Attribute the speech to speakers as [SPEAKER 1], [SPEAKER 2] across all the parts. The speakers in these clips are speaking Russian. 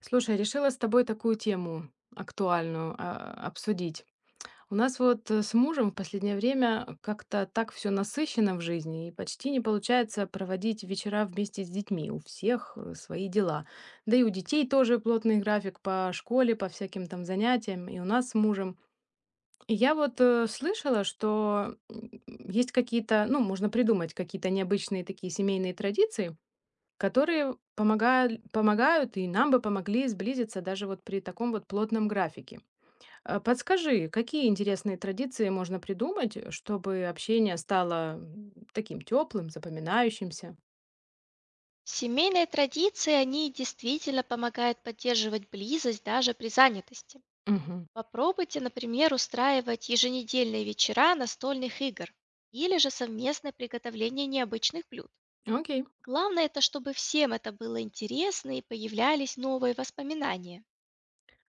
[SPEAKER 1] Слушай, решила с тобой такую тему актуальную обсудить. У нас вот с мужем в последнее время как-то так все насыщено в жизни, и почти не получается проводить вечера вместе с детьми. У всех свои дела. Да и у детей тоже плотный график по школе, по всяким там занятиям, и у нас с мужем. И я вот слышала, что есть какие-то, ну, можно придумать какие-то необычные такие семейные традиции, которые помогают и нам бы помогли сблизиться даже вот при таком вот плотном графике. Подскажи, какие интересные традиции можно придумать, чтобы общение стало таким теплым, запоминающимся?
[SPEAKER 2] Семейные традиции, они действительно помогают поддерживать близость даже при занятости.
[SPEAKER 1] Мгм.
[SPEAKER 2] Попробуйте, например, устраивать еженедельные вечера настольных игр или же совместное приготовление необычных блюд.
[SPEAKER 1] Окей.
[SPEAKER 2] Главное это, чтобы всем это было интересно и появлялись новые воспоминания.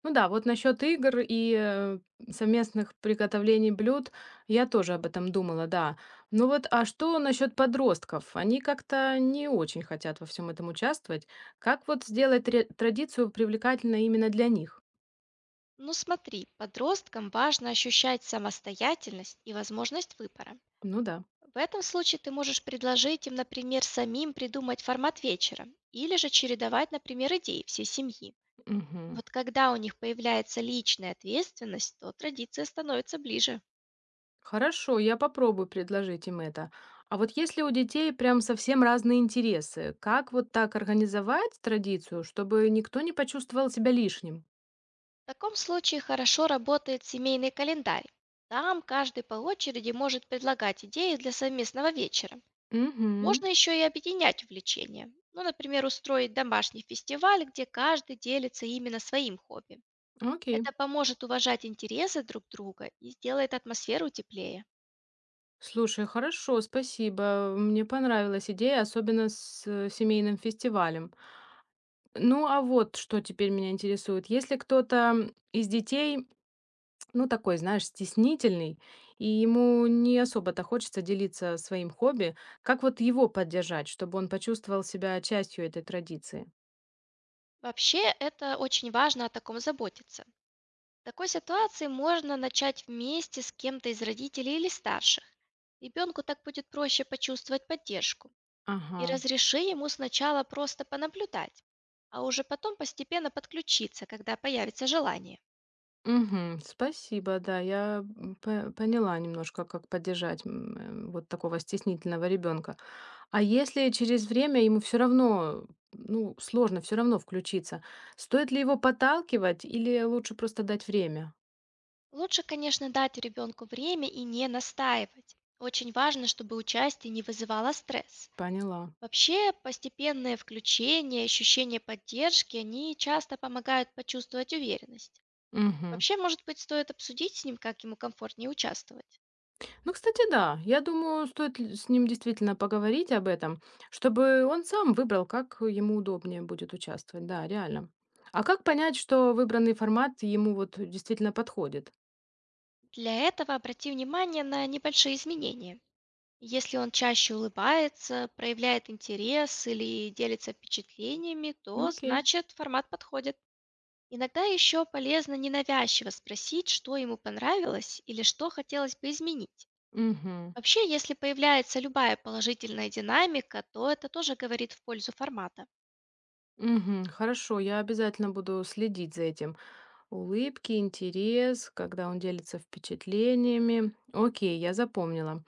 [SPEAKER 1] Ну да, вот насчет игр и совместных приготовлений блюд я тоже об этом думала, да. Ну вот, а что насчет подростков? Они как-то не очень хотят во всем этом участвовать. Как вот сделать традицию привлекательной именно для них?
[SPEAKER 2] Ну смотри, подросткам важно ощущать самостоятельность и возможность выбора.
[SPEAKER 1] Ну да.
[SPEAKER 2] В этом случае ты можешь предложить им, например, самим придумать формат вечера или же чередовать, например, идеи всей семьи. И
[SPEAKER 1] Мгм.
[SPEAKER 2] вот когда у них появляется личная ответственность, то традиция становится ближе.
[SPEAKER 1] Хорошо, я попробую предложить им это. А вот если у детей прям совсем разные интересы, как вот так организовать традицию, чтобы никто не почувствовал себя лишним?
[SPEAKER 2] В таком случае хорошо работает семейный календарь. Там каждый по очереди может предлагать идеи для совместного вечера.
[SPEAKER 1] Угу.
[SPEAKER 2] Можно еще и объединять увлечения. Ну, например, устроить домашний фестиваль, где каждый делится именно своим хобби.
[SPEAKER 1] Окей.
[SPEAKER 2] Это поможет уважать интересы друг друга и сделает атмосферу теплее.
[SPEAKER 1] Слушай, хорошо, спасибо. Мне понравилась идея, особенно с семейным фестивалем. Ну а вот что теперь меня интересует. Если кто-то из детей, ну, такой, знаешь, стеснительный, и ему не особо-то хочется делиться своим хобби. Как вот его поддержать, чтобы он почувствовал себя частью этой традиции?
[SPEAKER 2] Вообще, это очень важно о таком заботиться. В такой ситуации можно начать вместе с кем-то из родителей или старших. Ребенку так будет проще почувствовать поддержку.
[SPEAKER 1] Ага.
[SPEAKER 2] И разреши ему сначала просто понаблюдать, а уже потом постепенно подключиться, когда появится желание.
[SPEAKER 1] Мгм. Спасибо, да, я поняла немножко, как поддержать вот такого стеснительного ребенка. А если через время ему все равно, ну, сложно все равно включиться, стоит ли его подталкивать или лучше просто дать время?
[SPEAKER 2] Лучше, конечно, дать ребенку время и не настаивать. Очень важно, чтобы участие не вызывало стресс.
[SPEAKER 1] Поняла.
[SPEAKER 2] Вообще, постепенное включение, ощущение поддержки, они часто помогают почувствовать уверенность.
[SPEAKER 1] Мгм.
[SPEAKER 2] Вообще, может быть, стоит обсудить с ним, как ему комфортнее участвовать.
[SPEAKER 1] Ну, кстати, да. Я думаю, стоит с ним действительно поговорить об этом, чтобы он сам выбрал, как ему удобнее будет участвовать. Да, реально. А как понять, что выбранный формат ему вот действительно подходит?
[SPEAKER 2] Для этого обрати внимание на небольшие изменения. Если он чаще улыбается, проявляет интерес или делится впечатлениями,
[SPEAKER 1] Ну,
[SPEAKER 2] то
[SPEAKER 1] окей.
[SPEAKER 2] значит формат подходит. Иногда еще полезно ненавязчиво спросить, что ему понравилось или что хотелось бы изменить.
[SPEAKER 1] Угу.
[SPEAKER 2] Вообще, если появляется любая положительная динамика, то это тоже говорит в пользу формата.
[SPEAKER 1] Угу. Хорошо, я обязательно буду следить за этим. Улыбки, интерес, когда он делится впечатлениями. Окей, я запомнила.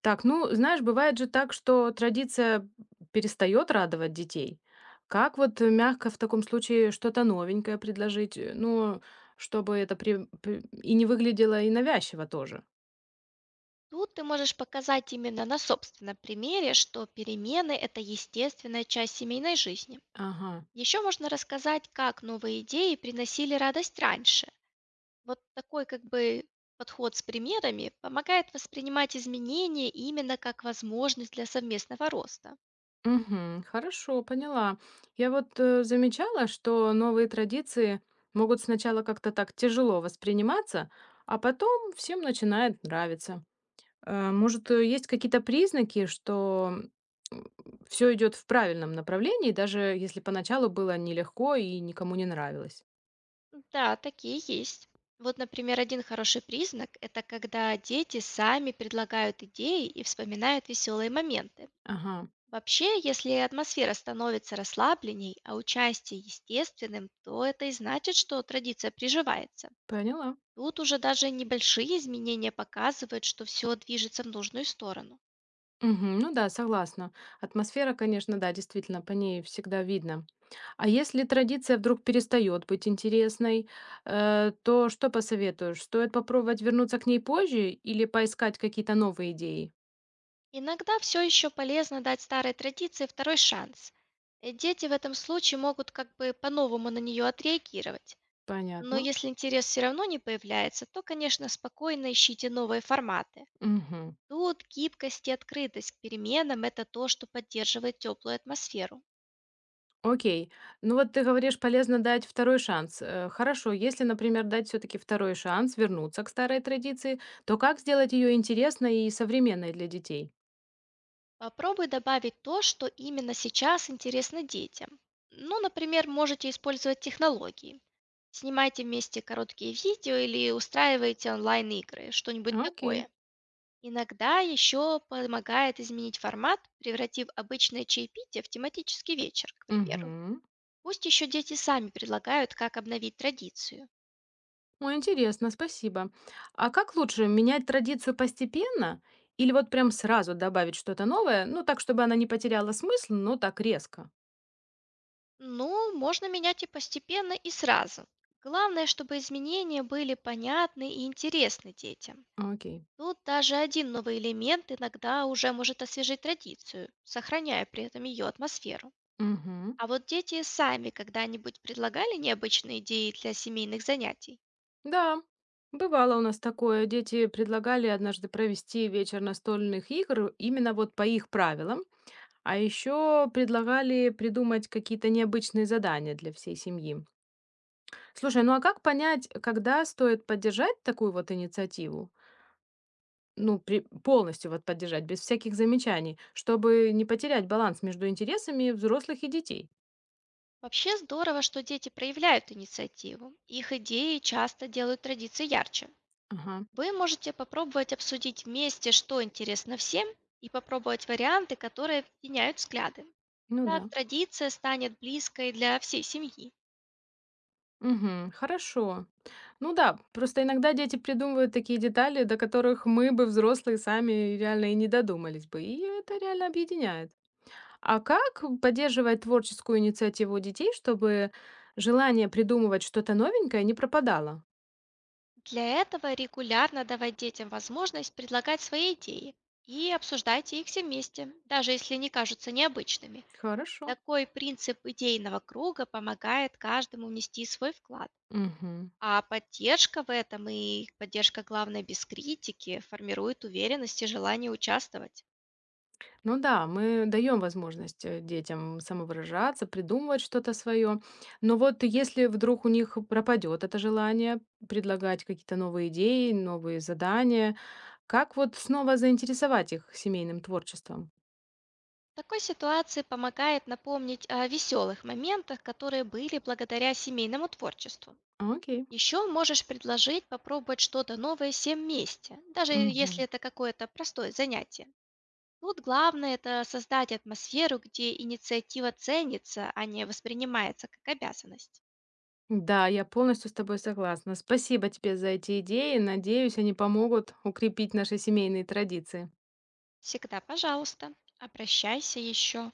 [SPEAKER 1] Так, ну, знаешь, бывает же так, что традиция перестает радовать детей. Как вот мягко в таком случае что-то новенькое предложить, ну, чтобы это и не выглядело и навязчиво тоже.
[SPEAKER 2] Тут ты можешь показать именно на собственном примере, что перемены– это естественная часть семейной жизни.
[SPEAKER 1] Ага.
[SPEAKER 2] Еще можно рассказать, как новые идеи приносили радость раньше. Вот такой как бы подход с примерами помогает воспринимать изменения именно как возможность для совместного роста.
[SPEAKER 1] Мгм. Хорошо, поняла. Я вот замечала, что новые традиции могут сначала как-то так тяжело восприниматься, а потом всем начинает нравиться. Может, есть какие-то признаки, что все идет в правильном направлении, даже если поначалу было нелегко и никому не нравилось?
[SPEAKER 2] Да, такие есть. Вот, например, один хороший признак– это когда дети сами предлагают идеи и вспоминают веселые моменты.
[SPEAKER 1] Ага,
[SPEAKER 2] Вообще, если атмосфера становится расслабленней, а участие естественным, то это и значит, что традиция приживается.
[SPEAKER 1] поняла.
[SPEAKER 2] Тут уже даже небольшие изменения показывают, что все движется в нужную сторону.
[SPEAKER 1] Мгм. Ну да, согласна. Атмосфера, конечно, да, действительно, по ней всегда видно. А если традиция вдруг перестает быть интересной, то что посоветуешь? Стоит попробовать вернуться к ней позже или поискать какие-то новые идеи?
[SPEAKER 2] Иногда все еще полезно дать старой традиции второй шанс. Дети в этом случае могут как бы по-новому на нее отреагировать. Но
[SPEAKER 1] Понятно.
[SPEAKER 2] если интерес все равно не появляется, то, конечно, спокойно ищите новые форматы.
[SPEAKER 1] Мгм.
[SPEAKER 2] Тут гибкость и открытость к переменам– это то, что поддерживает теплую атмосферу.
[SPEAKER 1] Окей. Ну вот ты говоришь, полезно дать второй шанс. Хорошо, если, например, дать все-таки второй шанс вернуться к старой традиции, то как сделать ее интересной и современной для детей?
[SPEAKER 2] Попробуй добавить то, что именно сейчас интересно детям. Ну, например, можете использовать технологии. Снимайте вместе короткие видео или устраивайте онлайн-игры, что-нибудь
[SPEAKER 1] Окей.
[SPEAKER 2] такое. Иногда еще помогает изменить формат, превратив обычное чаепитие в тематический вечер, к примеру.
[SPEAKER 1] Угу.
[SPEAKER 2] Пусть еще дети сами предлагают, как обновить традицию.
[SPEAKER 1] О, интересно, спасибо. А как лучше менять традицию постепенно или вот прям сразу добавить что-то новое, ну так, чтобы она не потеряла смысл, но так резко?
[SPEAKER 2] Ну, можно менять и постепенно, и сразу. Главное, чтобы изменения были понятны и интересны детям.
[SPEAKER 1] Окей.
[SPEAKER 2] Тут даже один новый элемент иногда уже может освежить традицию, сохраняя при этом ее атмосферу.
[SPEAKER 1] Угу.
[SPEAKER 2] А вот дети сами когда-нибудь предлагали необычные идеи для семейных занятий?
[SPEAKER 1] Да, бывало у нас такое. Дети предлагали однажды провести вечер настольных игр именно вот по их правилам, а еще предлагали придумать какие-то необычные задания для всей семьи. Слушай, ну а как понять, когда стоит поддержать такую вот инициативу? Ну, полностью вот поддержать, без всяких замечаний, чтобы не потерять баланс между интересами взрослых и детей.
[SPEAKER 2] Вообще здорово, что дети проявляют инициативу. Их идеи часто делают традиции ярче.
[SPEAKER 1] Ага,
[SPEAKER 2] Вы можете попробовать обсудить вместе, что интересно всем, и попробовать варианты, которые объединяют взгляды.
[SPEAKER 1] ну
[SPEAKER 2] Так
[SPEAKER 1] да.
[SPEAKER 2] традиция станет близкой для всей семьи.
[SPEAKER 1] Мгм. Хорошо. Ну да, просто иногда дети придумывают такие детали, до которых мы бы, взрослые, сами реально и не додумались бы. И это реально объединяет. А как поддерживать творческую инициативу у детей, чтобы желание придумывать что-то новенькое не пропадало?
[SPEAKER 2] Для этого регулярно давать детям возможность предлагать свои идеи и обсуждайте их все вместе, даже если они кажутся необычными.
[SPEAKER 1] Хорошо.
[SPEAKER 2] Такой принцип идейного круга помогает каждому внести свой вклад.
[SPEAKER 1] Мгм.
[SPEAKER 2] А поддержка в этом и поддержка, главное, без критики, формирует уверенность и желание участвовать.
[SPEAKER 1] Ну да, мы даем возможность детям самовыражаться, придумывать что-то свое. Но вот если вдруг у них пропадет это желание предлагать какие-то новые идеи, новые задания, как вот снова заинтересовать их семейным творчеством?
[SPEAKER 2] В такой ситуации помогает напомнить о веселых моментах, которые были благодаря семейному творчеству.
[SPEAKER 1] Окей.
[SPEAKER 2] Еще можешь предложить попробовать что-то новое всем вместе, даже
[SPEAKER 1] Мгм.
[SPEAKER 2] если это какое-то простое занятие. Тут главное это создать атмосферу, где инициатива ценится, а не воспринимается как обязанность.
[SPEAKER 1] Да, я полностью с тобой согласна. Спасибо тебе за эти идеи. Надеюсь, они помогут укрепить наши семейные традиции.
[SPEAKER 2] Всегда, пожалуйста, обращайся еще.